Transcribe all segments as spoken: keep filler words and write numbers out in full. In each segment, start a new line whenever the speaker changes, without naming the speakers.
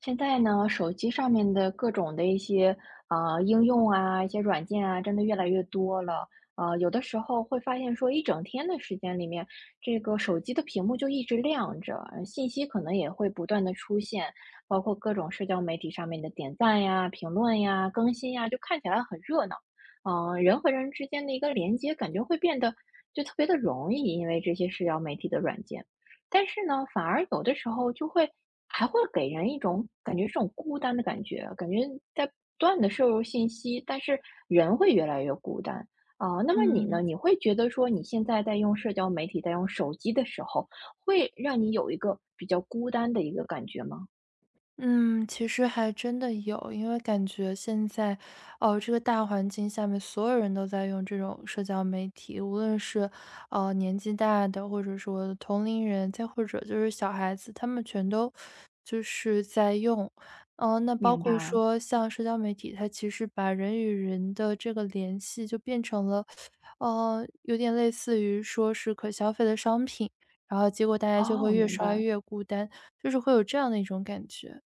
现在呢，手机上面的各种的一些呃应用啊，一些软件啊，真的越来越多了。呃，有的时候会发现说，一整天的时间里面，这个手机的屏幕就一直亮着，呃信息可能也会不断的出现，包括各种社交媒体上面的点赞呀、评论呀、更新呀，就看起来很热闹。嗯、呃人和人之间的一个连接，感觉会变得就特别的容易，因为这些社交媒体的软件。但是呢，反而有的时候就会还会给人一种感觉，这种孤单的感觉，感觉在不断的摄入信息，但是人会越来越孤单。啊、那么你呢？
嗯，
你会觉得说你现在在用社交媒体，在用手机的时候，会让你有一个比较孤单的一个感觉吗？
嗯，其实还真的有。因为感觉现在，哦，这个大环境下面，所有人都在用这种社交媒体，无论是呃年纪大的，或者是我的同龄人，再或者就是小孩子，他们全都就是在用。嗯，那包
明
括
白。
说像社交媒体，它其实把人与人的这个联系就变成了，呃，有点类似于说是可消费的商品，然后结果大家就会
哦，
越
明
刷
白。
越孤单，就是会有这样的一种感觉。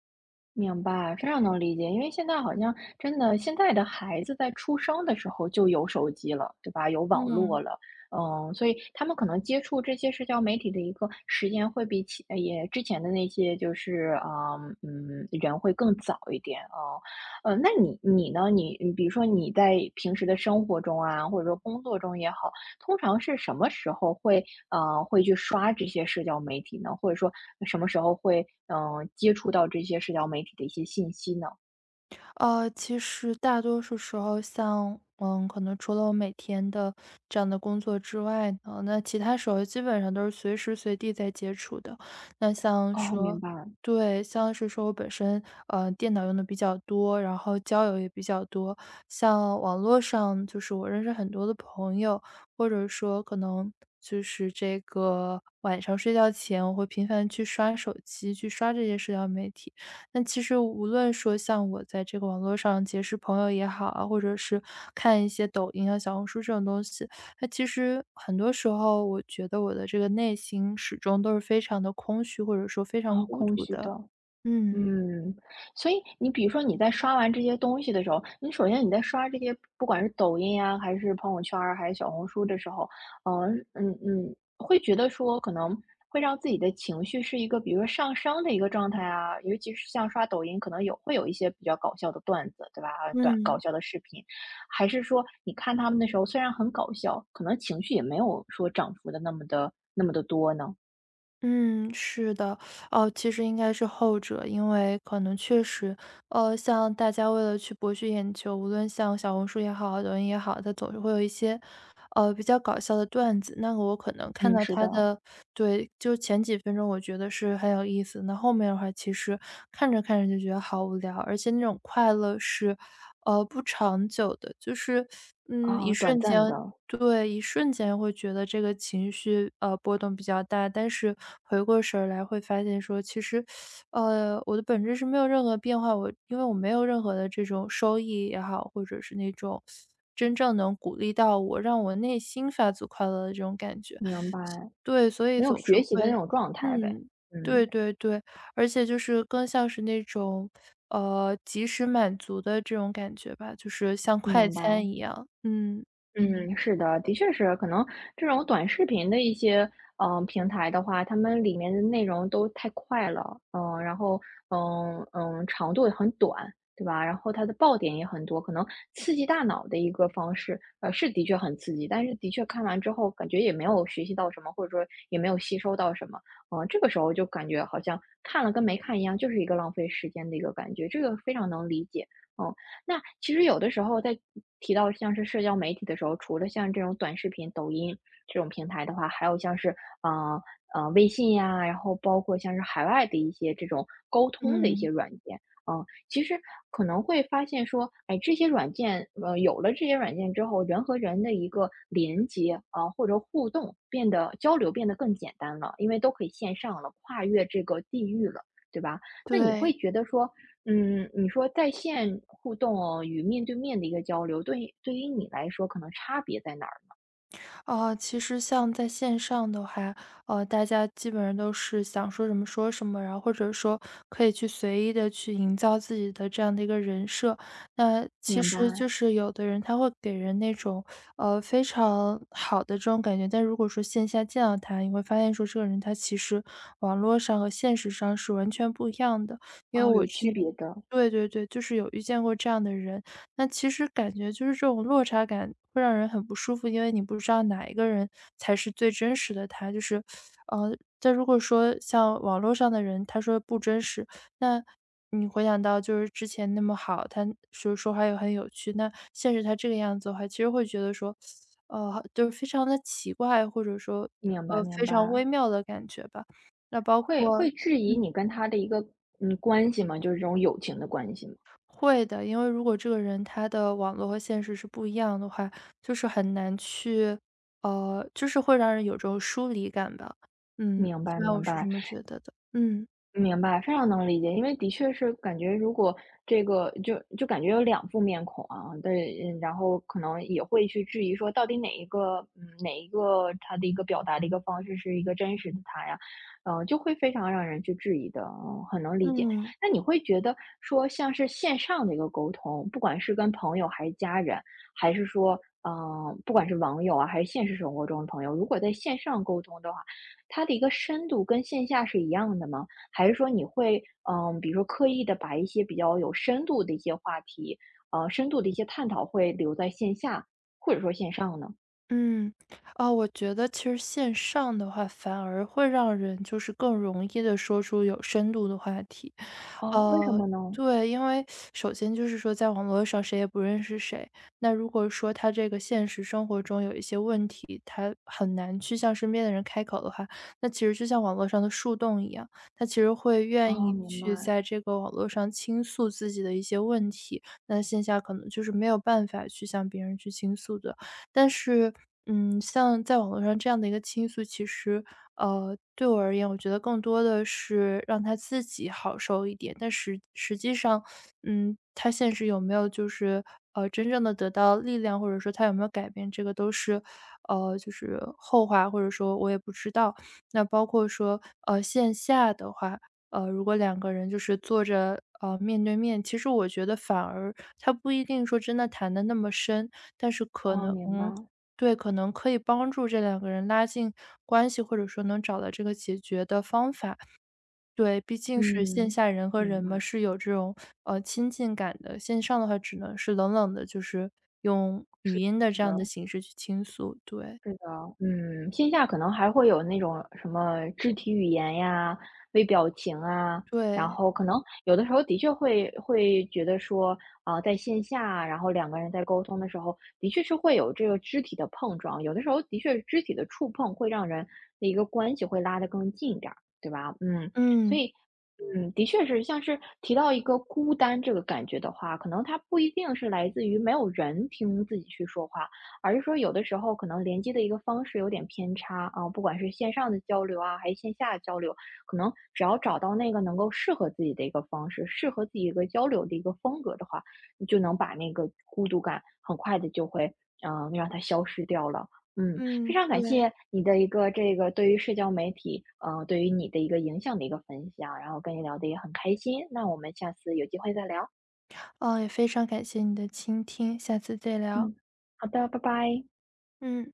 明白，非常能理解。因为现在好像真的，现在的孩子在出生的时候就有手机了，对吧？有网络
嗯。
了。嗯，所以他们可能接触这些社交媒体的一个时间会比起呃也之前的那些就是啊嗯人会更早一点啊。呃，那你你呢？你你比如说你在平时的生活中啊，或者说工作中也好，通常是什么时候会呃，会去刷这些社交媒体呢？或者说什么时候会，嗯、呃接触到这些社交媒体的一些信息呢？
呃，其实大多数时候像，嗯，可能除了我每天的这样的工作之外呢，那其他时候基本上都是随时随地在接触的。那像
哦，
说
明白了。
对，像是说我本身，呃，电脑用的比较多，然后交友也比较多。像网络上就是我认识很多的朋友，或者说可能就是这个晚上睡觉前，我会频繁去刷手机，去刷这些社交媒体。那其实无论说像我在这个网络上结识朋友也好啊，或者是看一些抖音啊、小红书这种东西，那其实很多时候我觉得我的这个内心始终都是非常的空虚，或者说非常
哦，
孤
空
独
虚的。
的。嗯，
嗯，所以你比如说你在刷完这些东西的时候，你首先你在刷这些，不管是抖音呀，还是朋友圈儿，还是小红书的时候，嗯嗯嗯，会觉得说可能会让自己的情绪是一个，比如说上升的一个状态啊，尤其是像刷抖音，可能有会有一些比较搞笑的段子，对吧？啊短搞
嗯。
笑的视频，还是说你看他们的时候，虽然很搞笑，可能情绪也没有说涨幅的那么的那么的多呢？
嗯，是的，哦，其实应该是后者。因为可能确实，呃，像大家为了去博取眼球，无论像小红书也好，抖音也好，它总是会有一些，呃，比较搞笑的段子。那个我可能看
嗯，
到
是
它
的。
的，对，就前几分钟我觉得是很有意思，那后面的话其实看着看着就觉得好无聊，而且那种快乐是，呃，不长久的，就是，嗯，一
哦，短
瞬
暂
间。
的。
对，一瞬间会觉得这个情绪，呃，波动比较大，但是回过神儿来会发现说，其实，呃，我的本质是没有任何变化，我因为我没有任何的这种收益也好，或者是那种真正能鼓励到我，让我内心发自快乐的这种感觉。
明白。
对，所以
没有
总是
学习的那
会。
种状态呗。
嗯，对
嗯，
对对，而且就是更像是那种，呃，及时满足的这种感觉吧，就是像快
明白。
餐一样。嗯，
嗯，是的，的确是，可能这种短视频的一些嗯呃平台的话，他们里面的内容都太快了，嗯、然后嗯嗯、长度也很短，对吧？然后它的爆点也很多，可能刺激大脑的一个方式，呃，是的确很刺激，但是的确看完之后感觉也没有学习到什么，或者说也没有吸收到什么，嗯、这个时候就感觉好像看了跟没看一样，就是一个浪费时间的一个感觉，这个非常能理解。嗯、那其实有的时候在提到像是社交媒体的时候，除了像这种短视频、抖音这种平台的话，还有像是呃呃微信呀，然后包括像是海外的一些这种沟通的一些
嗯。
软件，嗯、其实可能会发现说，哎，这些软件，呃，有了这些软件之后，人和人的一个连接啊、呃或者互动变得交流变得更简单了，因为都可以线上了，跨越这个地域了，对吧？那你会
对，
觉得说，嗯，你说在线互动哦，与面对面的一个交流，对于对于你来说，可能差别在哪儿？
呃，其实像在线上的话，呃，大家基本上都是想说什么说什么，然后或者说可以去随意的去营造自己的这样的一个人设。那其
明
实就
白。
是有的人他会给人那种，呃，非常好的这种感觉。但如果说线下见到他，你会发现说这个人他其实网络上和现实上是完全不一样的。因为
哦，
我
有
之前。
区别的。
对对对，就是有遇见过这样的人。那其实感觉就是这种落差感会让人很不舒服，因为你不知道哪一个人才是最真实的他。就是，呃，但如果说像网络上的人，他说不真实，那你回想到就是之前那么好，他说说话又很有趣，那现实他这个样子的话，其实会觉得说，呃，就是非常的奇怪，或者说一
明
个
白
非
明
常
白。
微妙的感觉吧。那包
会
括
会质疑你跟他的一个嗯关系吗？就是这种友情的关系吗？
会的。因为如果这个人他的网络和现实是不一样的话，就是很难去，呃，就是会让人有种疏离感吧。嗯，
明
起
白
码我
明
是这
白。
么觉得的。嗯
明白，非常能理解，因为的确是感觉，如果这个就就感觉有两副面孔啊，对，嗯，然后可能也会去质疑说，到底哪一个，嗯，哪一个他的一个表达的一个方式是一个真实的他呀，呃，就会非常让人去质疑的，嗯，很能理解。
嗯
那你会觉得说，像是线上的一个沟通，不管是跟朋友还是家人，还是说，嗯、不管是网友啊，还是现实生活中的朋友，如果在线上沟通的话，它的一个深度跟线下是一样的吗？还是说你会，嗯，比如说刻意的把一些比较有深度的一些话题，呃，深度的一些探讨会留在线下，或者说线上呢？
嗯，啊，我觉得其实线上的话，反而会让人就是更容易的说出有深度的话题。
哦，为什
呃，
么呢？
对，因为首先就是说在网络上谁也不认识谁，那如果说他这个现实生活中有一些问题，他很难去向身边的人开口的话，那其实就像网络上的树洞一样，他其实会愿
哦，
意
明
去
白。
在这个网络上倾诉自己的一些问题，那线下可能就是没有办法去向别人去倾诉的。但是，嗯，像在网络上这样的一个倾诉，其实呃，对我而言，我觉得更多的是让他自己好受一点。但实实际上，嗯，他现实有没有就是呃真正的得到力量，或者说他有没有改变，这个都是呃就是后话，或者说我也不知道。那包括说呃线下的话，呃，如果两个人就是坐着呃面对面，其实我觉得反而他不一定说真的谈的那么深，但是可
哦，
能，
明白。
对，可能可以帮助这两个人拉近关系，或者说能找到这个解决的方法。对，毕竟是线
嗯，
下人和
明
人
白。
嘛，是有这种呃亲近感的。线上的话，只能是冷冷的，就是用语
是
音的这样的
的。
形式去倾诉。对，
是的。嗯，线下可能还会有那种什么肢体语言呀、微表情啊，然
对，
后可能有的时候的确会会觉得说，啊、在线下，然后两个人在沟通的时候，的确是会有这个肢体的碰撞，有的时候的确是肢体的触碰会让人的一个关系会拉得更近一点儿，对吧？嗯，所
嗯
以。嗯，的确是，像是提到一个孤单这个感觉的话，可能它不一定是来自于没有人听自己去说话，而是说有的时候可能联系的一个方式有点偏差啊，不管是线上的交流啊，还是线下的交流，可能只要找到那个能够适合自己的一个方式，适合自己一个交流的一个风格的话，你就能把那个孤独感很快的就会嗯、呃让它消失掉了。嗯，非
嗯，
常感
对，
谢你的一个这个对于社交媒体，嗯，对于你的一个影响的一个分享，然后跟你聊的也很开心。那我们下次有机会再聊。
哦，也非常感谢你的倾听，下次再聊。
嗯，好的，拜拜。
嗯。